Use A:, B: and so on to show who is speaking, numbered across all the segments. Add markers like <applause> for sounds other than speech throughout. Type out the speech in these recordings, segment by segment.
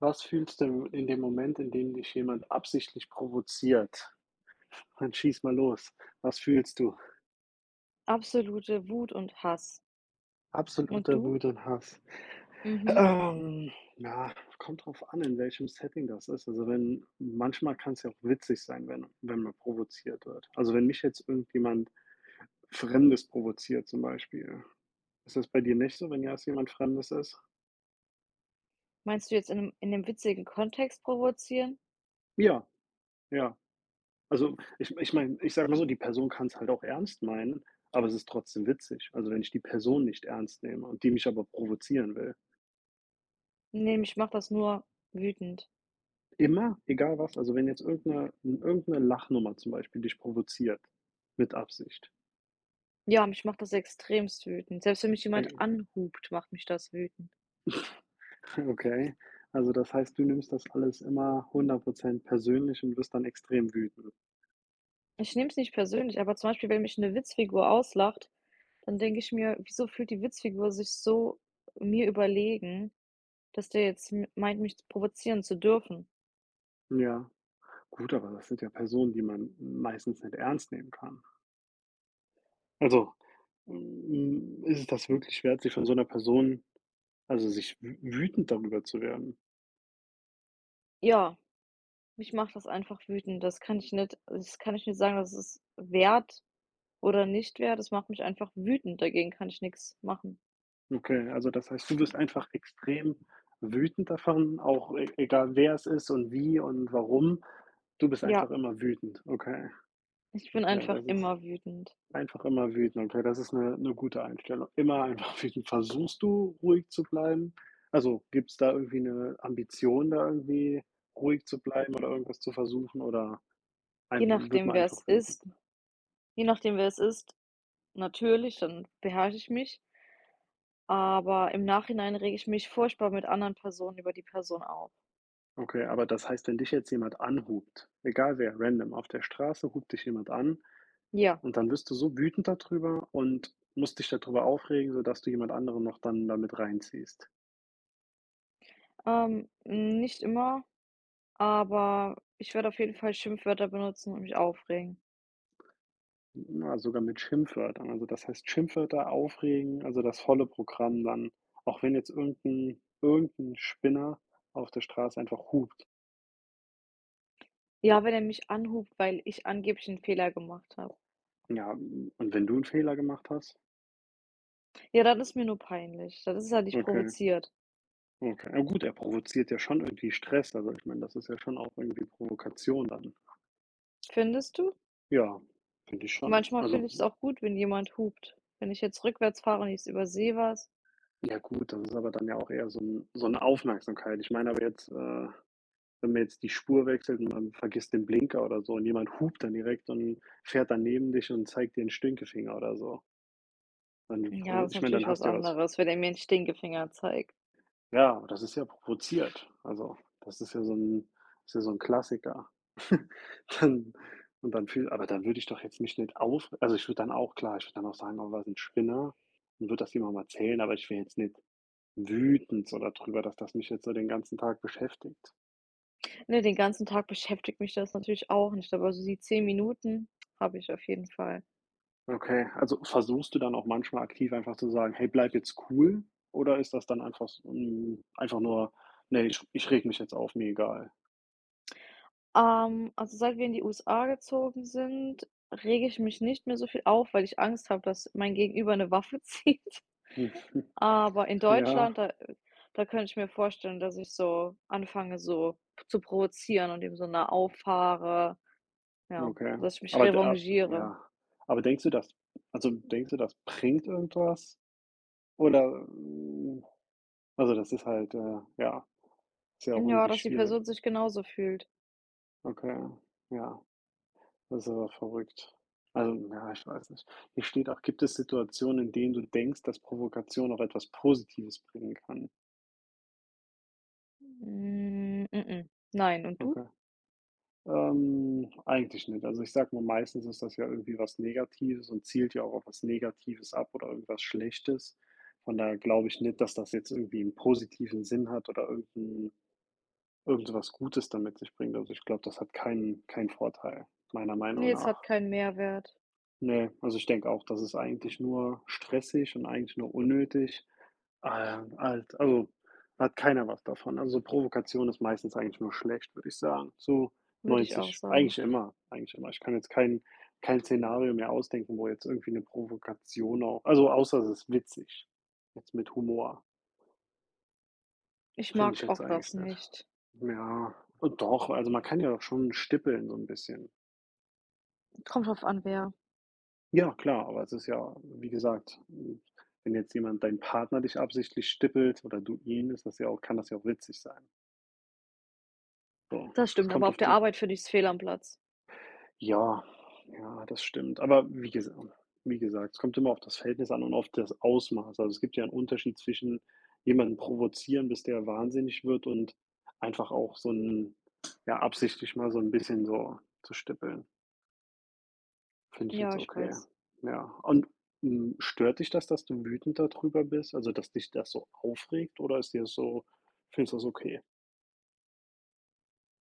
A: Was fühlst du in dem Moment, in dem dich jemand absichtlich provoziert? Dann schieß mal los. Was fühlst du?
B: Absolute Wut und Hass. Und
A: Absoluter
B: du?
A: Wut und Hass.
B: Mhm.
A: Ähm, ja, kommt drauf an, in welchem Setting das ist. Also wenn manchmal kann es ja auch witzig sein, wenn man provoziert wird. Also, wenn mich jetzt irgendjemand Fremdes provoziert zum Beispiel. Ist das bei dir nicht so, wenn ja es jemand Fremdes ist?
B: Meinst du jetzt in 'nem witzigen Kontext provozieren?
A: Ja, ja. Also, ich meine, ich sage mal so, die Person kann es halt auch ernst meinen, aber es ist trotzdem witzig. Also, wenn ich die Person nicht ernst nehme und die mich aber provozieren will.
B: Ne, mich macht das nur wütend.
A: Immer, egal was. Also, wenn jetzt irgendeine Lachnummer zum Beispiel dich provoziert, mit Absicht.
B: Ja, mich macht das extremst wütend. Selbst wenn mich jemand
A: Ey,
B: anhupt, macht mich das wütend.
A: <laughs> okay. Also, das heißt, du nimmst das alles immer 100 persönlich und wirst dann extrem wütend.
B: Ich nehme es nicht persönlich, aber zum Beispiel, wenn mich eine Witzfigur auslacht, dann denke ich mir: „Wieso fühlt die Witzfigur sich so mir überlegen, dass der jetzt m meint, mich provozieren zu dürfen?"
A: Ja. Gut, aber das sind ja Personen, die man meistens nicht ernst nehmen kann. Also, ist es das wirklich wert, sich von so einer Person, also, sich wü wütend darüber zu werden.
B: Ja, mich macht das einfach wütend. Das kann ich nicht sagen, das ist wert oder nicht wäre, das macht mich einfach wütend. Dagegen kann ich nichts machen.
A: Okay, also das heißt, du wirst einfach extrem wütend davon, auch e egal wer es ist und wie und warum. Du bist
B: Ja,
A: einfach immer wütend. Okay,
B: ich bin
A: okay,
B: einfach
A: das ist
B: immer wütend.
A: einfach immer wütend. Okay, das ist eine gute Einstellung. Immer einfach <laughs> wütend. Versuchst du, ruhig zu bleiben? Also, gibt es da irgendwie eine Ambition, da irgendwie ruhig zu bleiben oder irgendwas zu versuchen oder
B: Je
A: ein wird
B: nachdem,
A: man
B: wer es
A: einfach wütend?
B: ist Je nachdem, wer es ist, natürlich, dann beherrsche ich mich, aber im Nachhinein rege ich mich furchtbar mit anderen Personen über die Person auf.
A: Okay, aber das heißt, wenn dich jetzt jemand anhupt, egal wer, random auf der Straße hupt dich jemand an
B: Ja,
A: und dann wirst du so wütend darüber und musst dich dadrüber aufregen, sodass du jemand anderen noch dann damit reinziehst.
B: nicht immer, aber ich werde auf jeden Fall Schimpfwörter benutzen und mich aufregen.
A: Na, sogar mit Schimpfwörtern. Also das heißt Schimpfwörter aufregen, also das volle Programm dann, auch wenn jetzt irgendein, Spinner auf der Straße einfach hupt.
B: Ja, wenn er mich anhupt, weil ich angeblich einen Fehler gemacht habe.
A: Ja, und wenn du einen Fehler gemacht hast?
B: Ja, dann ist mir nur peinlich. Dann ist er nicht
A: Okay,
B: provoziert.
A: okay. Na gut, er provoziert ja schon irgendwie Stress. Also ich meine, das ist ja schon auch irgendwie Provokation dann.
B: Findest du?
A: Ja, finde ich schon.
B: Manchmal finde
A: Also,
B: ich es auch gut, wenn jemand hupt. Wenn ich jetzt rückwärts fahre und ich übersehe was,
A: ja gut, das ist aber dann ja auch eher so 'n so 'ne Aufmerksamkeit. Ich meine aber jetzt, wenn man jetzt die Spur wechselt und man vergisst den Blinker oder so und jemand hupt dann direkt und fährt dann neben dich und zeigt dir 'n Stinkefinger oder so. Dann
B: ja,
A: provo
B: das ist
A: ich meine, dann
B: natürlich was
A: hast du ja was,
B: anderes, wenn er mir 'n Stinkefinger zeigt.
A: ja, das ist ja provoziert. Also, das ist ja so 'n ist ja so 'n Klassiker. <laughs> Dann und dann fühl aber dann würde ich doch jetzt mich nicht auf, also, ich würde dann auch klar, ich würde dann auch sagen: „Oh, was 'n Spinner“ und würde das jemandem erzählen, aber ich wäre jetzt nicht wütend so darüber, dass das mich jetzt so den ganzen Tag beschäftigt.
B: Ne, den ganzen Tag beschäftigt mich das natürlich auch nicht, aber so die 10 Minuten habe ich auf jeden Fall.
A: Okay, also versuchst du dann auch manchmal aktiv einfach zu sagen: „Hey, bleib jetzt cool“, oder ist das dann einfach s einfach nur: nee, ich rege mich jetzt auf, mir egal.“ <laughs>
B: Also, seit wir in die USA gezogen sind, rege ich mich nicht mehr so viel auf, weil ich Angst habe, dass mein Gegenüber eine Waffe <laughs> zieht.
A: Hm,
B: Aber in
A: ja,
B: Deutschland, da könnte ich mir vorstellen, dass ich so anfange, so zu provozieren und ihm so nah auffahre. Ja,
A: okay.
B: dass ich mich
A: Aber d a
B: revanchiere.
A: ja. Aber denkst du, das, also, denkst du, das bringt irgendwas? Oder, also, das ist halt, ja, ist ja auch
B: Ja,
A: irgendwie
B: dass die
A: schwierig.
B: Person sich genauso fühlt.
A: Okay, ja. Das ist aber verrückt. Also, ja, ich weiß nicht. Hier steht auch: „Gibt es Situationen, in denen du denkst, dass Provokation auch etwas Positives bringen kann?“
B: Hm, mm-mm. Nein, und du?
A: Okay. Eigentlich nicht. Also, ich sage mal, meistens ist das ja irgendwie was Negatives und zielt ja auch auf was Negatives ab oder irgendwas Schlechtes. Von daher glaube ich nicht, dass das jetzt irgendwie einen positiven Sinn hat oder irgend so was Gutes damit sich bringt. Also, ich glaube, das hat keinen Vorteil, meiner Meinung
B: Ne, es hat
A: nach.
B: keinen Mehrwert,
A: Ne, also, ich denke auch, das ist eigentlich nur stressig und eigentlich nur unnötig. Ah, ja, alt also, da hat keiner was davon. Also, so Provokation ist meistens eigentlich nur schlecht, würde ich sagen, zu
B: würde ich auch
A: 90
B: sagen.
A: eigentlich immer. Ich kann jetzt kein Szenario mehr ausdenken, wo jetzt irgendwie eine Provokation auch, also, außer es ist witzig. Jetzt mit Humor,
B: Ich
A: finde ich
B: mag
A: jetzt
B: auch
A: eigentlich
B: das
A: nicht.
B: nicht.
A: Ja, und doch, also, man kann ja schon stippeln so ein bisschen.
B: Kommt drauf an, wer.
A: Ja, klar, aber es ist ja, wie gesagt, wenn jetzt jemand dein Partner dich absichtlich stippelt oder du ihn, ist das ja auch kann das ja auch witzig sein. So,
B: Das
A: es
B: stimmt, aber
A: kommt
B: auf
A: auf
B: der
A: die,
B: Arbeit finde ich es fehl am Platz.
A: ja, ja, das stimmt. Aber wie gesagt, es kommt immer auf das Verhältnis an und auf das Ausmaß. Also, es gibt ja einen Unterschied zwischen jemanden provozieren, bis der wahnsinnig wird und einfach auch so ein, ja, absichtlich mal so ein bisschen so zu stippeln. Finde ich
B: Ja,
A: jetzt
B: ich
A: okay.
B: weiß.
A: Ja. Und, stört dich das, dass du wütend darüber bist? Also, dass dich das so aufregt oder ist dir das so, findest du das okay?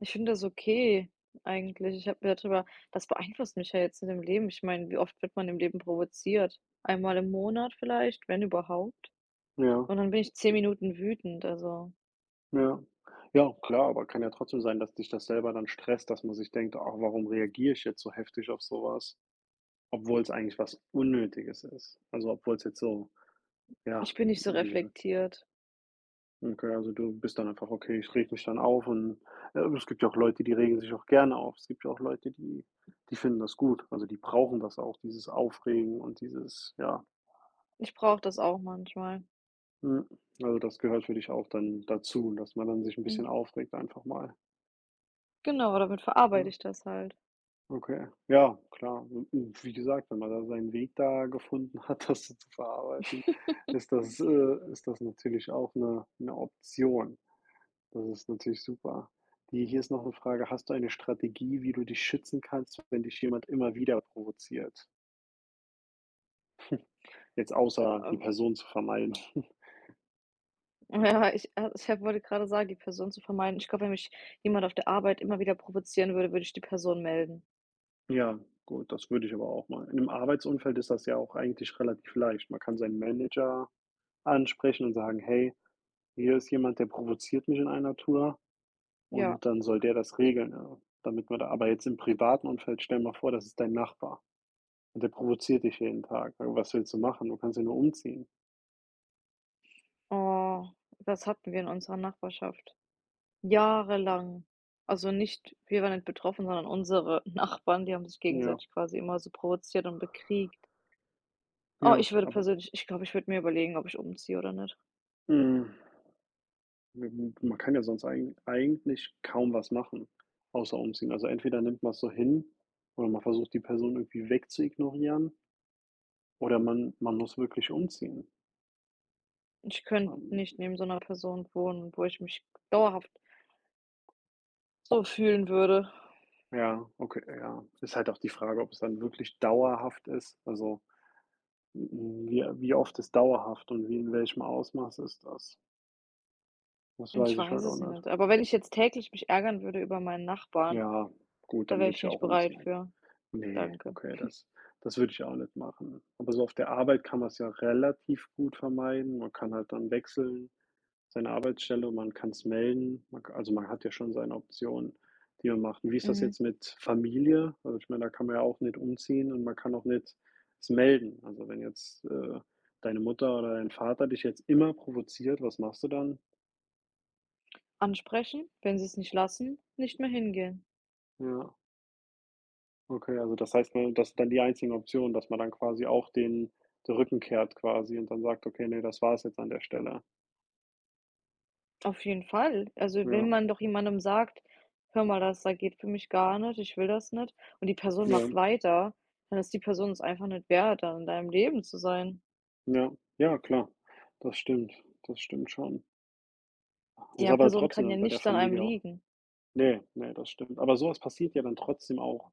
B: Ich finde das okay eigentlich. Ich habe mir darüber das beeinflusst mich ja jetzt in dem Leben. Ich meine, wie oft wird man im Leben provoziert? Einmal im Monat vielleicht, wenn überhaupt.
A: Ja.
B: Und dann bin ich 10 Minuten wütend, also
A: Ja. Ja, klar, aber kann ja trotzdem sein, dass dich das selber dann stresst, dass man sich denkt: „Ach, warum reagiere ich jetzt so heftig auf sowas, obwohl es eigentlich was Unnötiges ist. Also, obwohl es jetzt so, ja,
B: ich bin nicht so
A: wie gesagt,
B: reflektiert.
A: okay, also du bist dann einfach: „Okay, ich reg mich dann auf“ und, es gibt ja auch Leute, die regen sich auch gerne auf. Es gibt ja auch Leute, die finden das gut. Also, die brauchen das auch, dieses Aufregen und dieses, ja,
B: Ich brauche das auch manchmal.
A: mhm. Also, das gehört für dich auch dann dazu, dass man dann sich ein
B: Mhm,
A: bisschen aufregt einfach mal,
B: genau, damit verarbeite
A: ja.
B: ich das halt.
A: Okay, ja, klar. Und wie gesagt, wenn man da seinen Weg da gefunden hat, <laughs> das so zu verarbeiten, ist das natürlich auch eine Option. Das ist natürlich super. Die hier ist noch eine Frage: Hast du eine Strategie, wie du dich schützen kannst, wenn dich jemand immer wieder provoziert? Jetzt außer die
B: Ähm,
A: Person zu vermeiden. <laughs>
B: <laughs> ja, ich ich habe wollte gerade sagen, die Person zu vermeiden. Ich glaube, wenn mich jemand auf der Arbeit immer wieder provozieren würde, würde ich die Person melden.
A: Ja, gut, das würde ich aber auch mal in 'nem Arbeitsumfeld ist das ja auch eigentlich relativ leicht. Man kann seinen Manager ansprechen und sagen: „Hey, hier ist jemand, der provoziert mich in einer Tour.“
B: Ja.
A: Und dann soll der das regeln, ja, damit man da aber jetzt im privaten Umfeld, stell mal vor, das ist dein Nachbar und der provoziert dich jeden Tag. Ja, was willst du machen? Du kannst ja nur umziehen.
B: Oh, das hatten wir in unserer Nachbarschaft. Jahrelang. Also nicht, wir waren nicht betroffen, sondern unsere <laughs> Nachbarn, die haben sich
A: Ja,
B: gegenseitig quasi immer so provoziert und bekriegt. Oh,
A: ja,
B: ich würde
A: aber,
B: persönlich, ich glaube, ich würde mir überlegen, ob ich umziehe oder nicht.
A: hm, man kann ja sonst eigentlich kaum was machen, außer umziehen. Also, entweder nimmt man's so hin oder man versucht, die Person irgendwie wegzuignorieren oder man muss wirklich umziehen.
B: Ich könnte
A: Ähm,
B: nicht neben so einer Person wohnen, wo ich mich dauerhaft so fühlen würde.
A: ja, okay, ja. Ist halt auch die Frage, ob es dann wirklich dauerhaft ist. Also, wie oft ist dauerhaft und wie in welchem Ausmaß ist das? Das
B: Ich
A: weiß ich
B: weiß
A: halt auch
B: es
A: nicht.
B: nicht. Aber wenn ich jetzt täglich mich ärgern würde über meinen Nachbarn,
A: Ja, gut,
B: da
A: dann
B: wäre
A: würde
B: ich
A: ich
B: nicht
A: auch
B: bereit
A: umziehen.
B: für.
A: Ne,
B: Danke.
A: okay, das würde ich auch nicht machen. Aber so auf der Arbeit kann man's ja relativ gut vermeiden. Man kann halt dann wechseln, seine Arbeitsstelle, man kann es melden. Man, also, man hat ja schon seine Optionen, die man macht. Und wie ist das
B: Mhm.
A: jetzt mit Familie? Also, ich meine, da kann man ja auch nicht umziehen und man kann auch nicht es melden. Also, wenn jetzt, deine Mutter oder dein Vater dich jetzt immer provoziert, was machst du dann?
B: Ansprechen, wenn sie es nicht lassen, nicht mehr hingehen.
A: Ja, okay, also das heißt, man, das ist dann die einzigen Optionen, dass man dann quasi auch den Rücken kehrt quasi und dann sagt: „Okay, ne, das war es jetzt an der Stelle.“
B: Auf jeden Fall. Also, wenn
A: Ja,
B: man doch jemandem sagt: „Hör mal, das da geht für mich gar nicht, ich will das nicht", und die Person
A: ja,
B: macht weiter, dann ist die Person es einfach nicht wert, dann in deinem Leben zu sein.
A: ja, ja, klar. Das stimmt, das stimmt schon. Das
B: Die
A: ist aber
B: Person kann ja
A: trotzdem bei der
B: nichts an einem
A: Familie auch.
B: liegen.
A: Ne, ne, das stimmt. Aber sowas passiert ja dann trotzdem auch.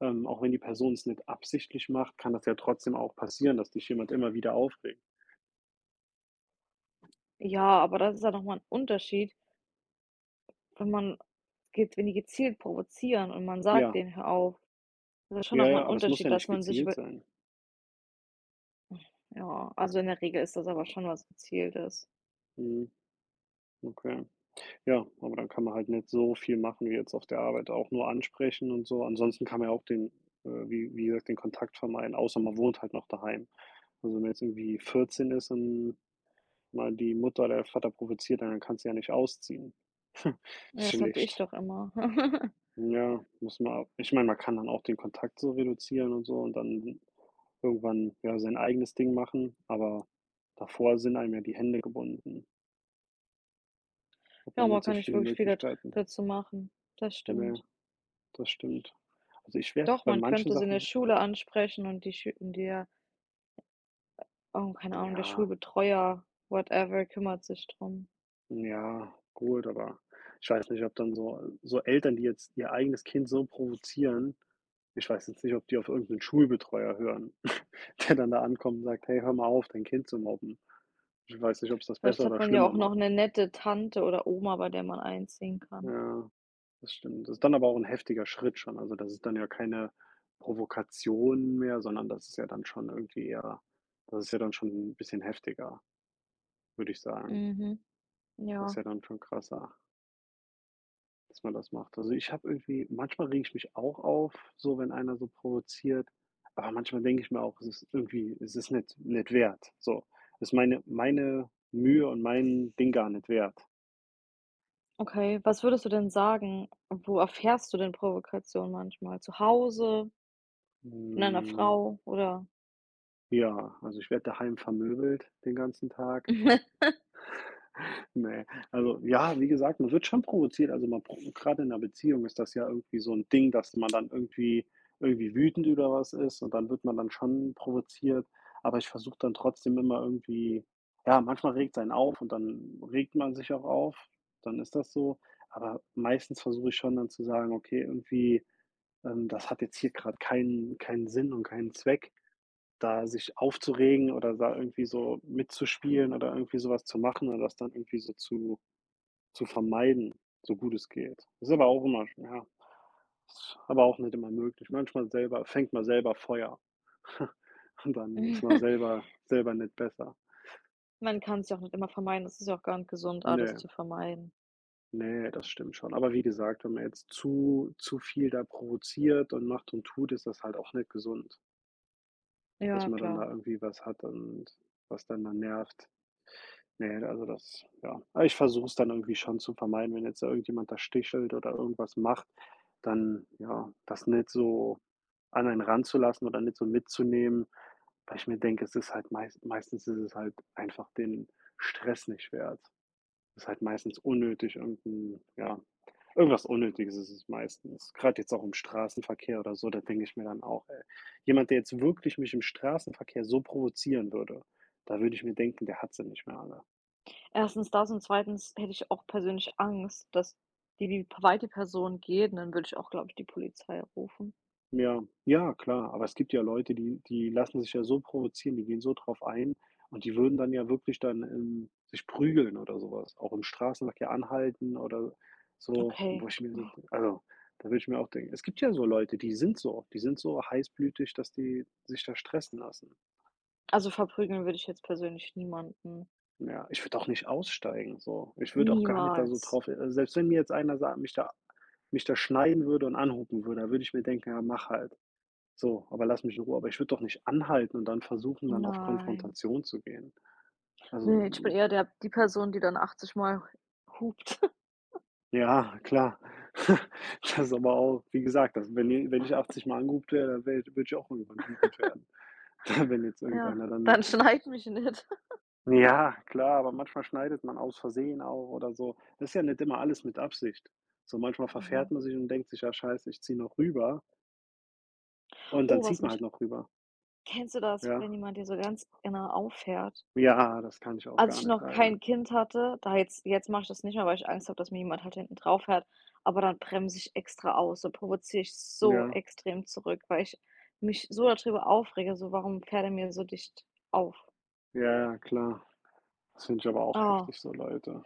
A: Auch wenn die Person es nicht absichtlich macht, kann das ja trotzdem auch passieren, dass dich jemand immer wieder aufregt.
B: Ja, aber das ist ja noch mal 'n Unterschied, wenn man geht, wenn die gezielt provozieren und man sagt
A: Ja,
B: denen: „Hör auf." Das ist schon
A: ja,
B: noch mal
A: ja,
B: 'n
A: aber es muss
B: Unterschied,
A: ja
B: dass
A: nicht
B: man sich
A: gezielt
B: über.
A: sein.
B: Ja, also, in der Regel ist das aber schon was Gezieltes.
A: Mhm, okay. Ja, aber dann kann man halt nicht so viel machen wie jetzt auf der Arbeit, auch nur ansprechen und so. Ansonsten kann man ja auch den, wie gesagt, den Kontakt vermeiden, außer man wohnt halt noch daheim. Also, wenn man jetzt irgendwie 14 ist und mal die Mutter oder der Vater provoziert, dann kannst du ja nicht ausziehen. <laughs>
B: Ja, das hatte ich
A: Schlecht.
B: doch immer. <laughs>
A: Ja, muss man auch, ich meine, man kann dann auch den Kontakt so reduzieren und so und dann irgendwann, ja, sein eigenes Ding machen, aber davor sind einem ja die Hände gebunden. Hat
B: Ja,
A: man
B: man
A: nicht so
B: kann nicht
A: viele
B: wirklich viel da
A: Möglichkeiten.
B: dazu machen. Das
A: Ne,
B: stimmt.
A: das stimmt. Also, ich werde
B: Doch,
A: bei
B: man
A: manchen
B: könnte es in der
A: Sachen,
B: Schule ansprechen, und die Schü und der oh, keine Ahnung, der
A: ja.
B: Schulbetreuer, whatever, kümmert sich drum.
A: Ja, gut, aber ich weiß nicht, ob dann so Eltern, die jetzt ihr eigenes Kind so provozieren, ich weiß jetzt nicht, ob die auf irgendeinen Schulbetreuer hören, <laughs> der dann da ankommt und sagt: „Hey, hör mal auf, dein Kind zu mobben.“ Ich weiß nicht, ob es das
B: Vielleicht
A: besser
B: hat
A: oder
B: man ja auch
A: schlimmer
B: noch
A: macht.
B: eine nette Tante oder Oma, bei der man einziehen kann.
A: Ja, das stimmt. Das ist dann aber auch ein heftiger Schritt schon. Also, das ist dann ja keine Provokation mehr, sondern das ist ja dann schon irgendwie eher das ist ja dann schon ein bisschen heftiger, würde ich sagen.
B: Mhm,
A: Das ist
B: ja.
A: ja dann schon krasser. Dass man das macht. Also, ich habe irgendwie manchmal reg ich mich auch auf, so wenn einer so provoziert, aber manchmal denke ich mir auch, es ist irgendwie es ist nicht wert, so. Es ist meine Mühe und mein Ding gar nicht wert.
B: Okay, was würdest du denn sagen, wo erfährst du denn Provokation manchmal? Zu Hause, von einer
A: Hm,
B: Frau oder?
A: ja, also ich werde daheim vermöbelt den ganzen Tag.
B: <laughs>
A: Ne, also ja, wie gesagt, man wird schon provoziert. Also, man pro grade in 'ner Beziehung ist das ja irgendwie so ein Ding, dass man dann irgendwie wütend über was ist und dann wird man dann schon provoziert. Aber ich versuche dann trotzdem immer irgendwie ja, manchmal regt's einen auf und dann regt man sich auch auf, dann ist das so. Aber meistens versuche ich schon dann zu sagen: „Okay, irgendwie, das hat jetzt hier gerade keinen Sinn und keinen Zweck, da sich aufzuregen oder da irgendwie so mitzuspielen oder irgendwie sowas zu machen oder das dann irgendwie so zu vermeiden, so gut es geht. Das ist aber auch immer ja, ist aber auch nicht immer möglich. Manchmal selber fängt man selber Feuer <laughs> und dann ist man selber nicht besser.
B: Man kann es ja auch nicht immer vermeiden. Es ist ja auch gar nicht gesund, alles
A: Ne,
B: zu vermeiden.
A: ne, das stimmt schon. Aber wie gesagt, wenn man jetzt zu viel da provoziert und macht und tut, ist das halt auch nicht gesund, dass
B: Ja,
A: man dann
B: klar.
A: da irgendwie was hat und was dann da nervt. Ne, also das ja. Aber ich versuche es dann irgendwie schon zu vermeiden, wenn jetzt da irgendjemand da stichelt oder irgendwas macht, dann, ja, das nicht so an einen ranzulassen oder nicht so mitzunehmen, weil ich mir denke, es ist halt meistens ist es halt einfach den Stress nicht wert. Es ist halt meistens unnötig irgend ja, irgendwas Unnötiges ist es meistens. Gerade jetzt auch im Straßenverkehr oder so, da denke ich mir dann auch: „Ey, jemand, der jetzt wirklich mich im Straßenverkehr so provozieren würde, da würde ich mir denken, der hat sie nicht mehr alle.“
B: Erstens das, und zweitens hätte ich auch persönlich Angst, dass die weite Person geht, und dann würde ich auch, glaube ich, die Polizei rufen.
A: Ja, ja, klar, aber es gibt ja Leute, die lassen sich ja so provozieren, die gehen so drauf ein und die würden dann ja wirklich dann, sich prügeln oder sowas, auch im Straßenverkehr anhalten oder so, wo
B: Okay.
A: ich mir so also, da würde ich mir auch denken es gibt ja so Leute, die sind so heißblütig, dass die sich da stressen lassen.
B: Also, verprügeln würde ich jetzt persönlich niemanden.
A: Ja, ich würde auch nicht aussteigen so. Ich würde auch gar nicht da so
B: Niemals.
A: drauf selbst wenn mir jetzt einer sa mich da schneiden würde und anhupen würde, da würde ich mir denken: „Ja, mach halt.“ So, aber lass mich in Ruhe. Aber ich würde doch nicht anhalten und dann versuchen, dann auf
B: Nein.
A: Konfrontation zu gehen. Also,
B: Ne, ich bin eher der die Person, die dann 80 Mal hupt. <laughs>
A: ja, klar. <laughs> Das ist aber auch wie gesagt, das wenn ich 80 Mal angehupt werde, dann wär würde ich auch irgendwann wütend werden, <laughs> wenn jetzt
B: Ja,
A: irgendeiner dann
B: dann schneid mich nicht. <laughs>
A: ja, klar, aber manchmal schneidet man aus Versehen auch oder so. Das ist ja nicht immer alles mit Absicht. So, manchmal
B: Mhm.
A: verfährt man sich und denkt sich: „Ja, scheiße, ich ziehe noch rüber“ und
B: Oh,
A: dann
B: was
A: zieht man
B: mich
A: halt noch rüber,
B: kennst du das,
A: ja?
B: wenn jemand dir so ganz genau auffährt?
A: Ja, das kann ich auch
B: Als
A: gar
B: ich
A: nicht
B: noch
A: leiden.
B: kein Kind hatte, da jetzt mache ich das nicht mehr, weil ich Angst habe, dass mir jemand halt hinten drauf fährt, aber dann bremse ich extra aus, dann provoziere ich so
A: Ja,
B: extrem zurück, weil ich mich so darüber aufrege, so: „Warum fährt er mir so dicht auf?"
A: ja, ja, klar. Das finde ich aber auch
B: Ah.
A: heftig, so Leute.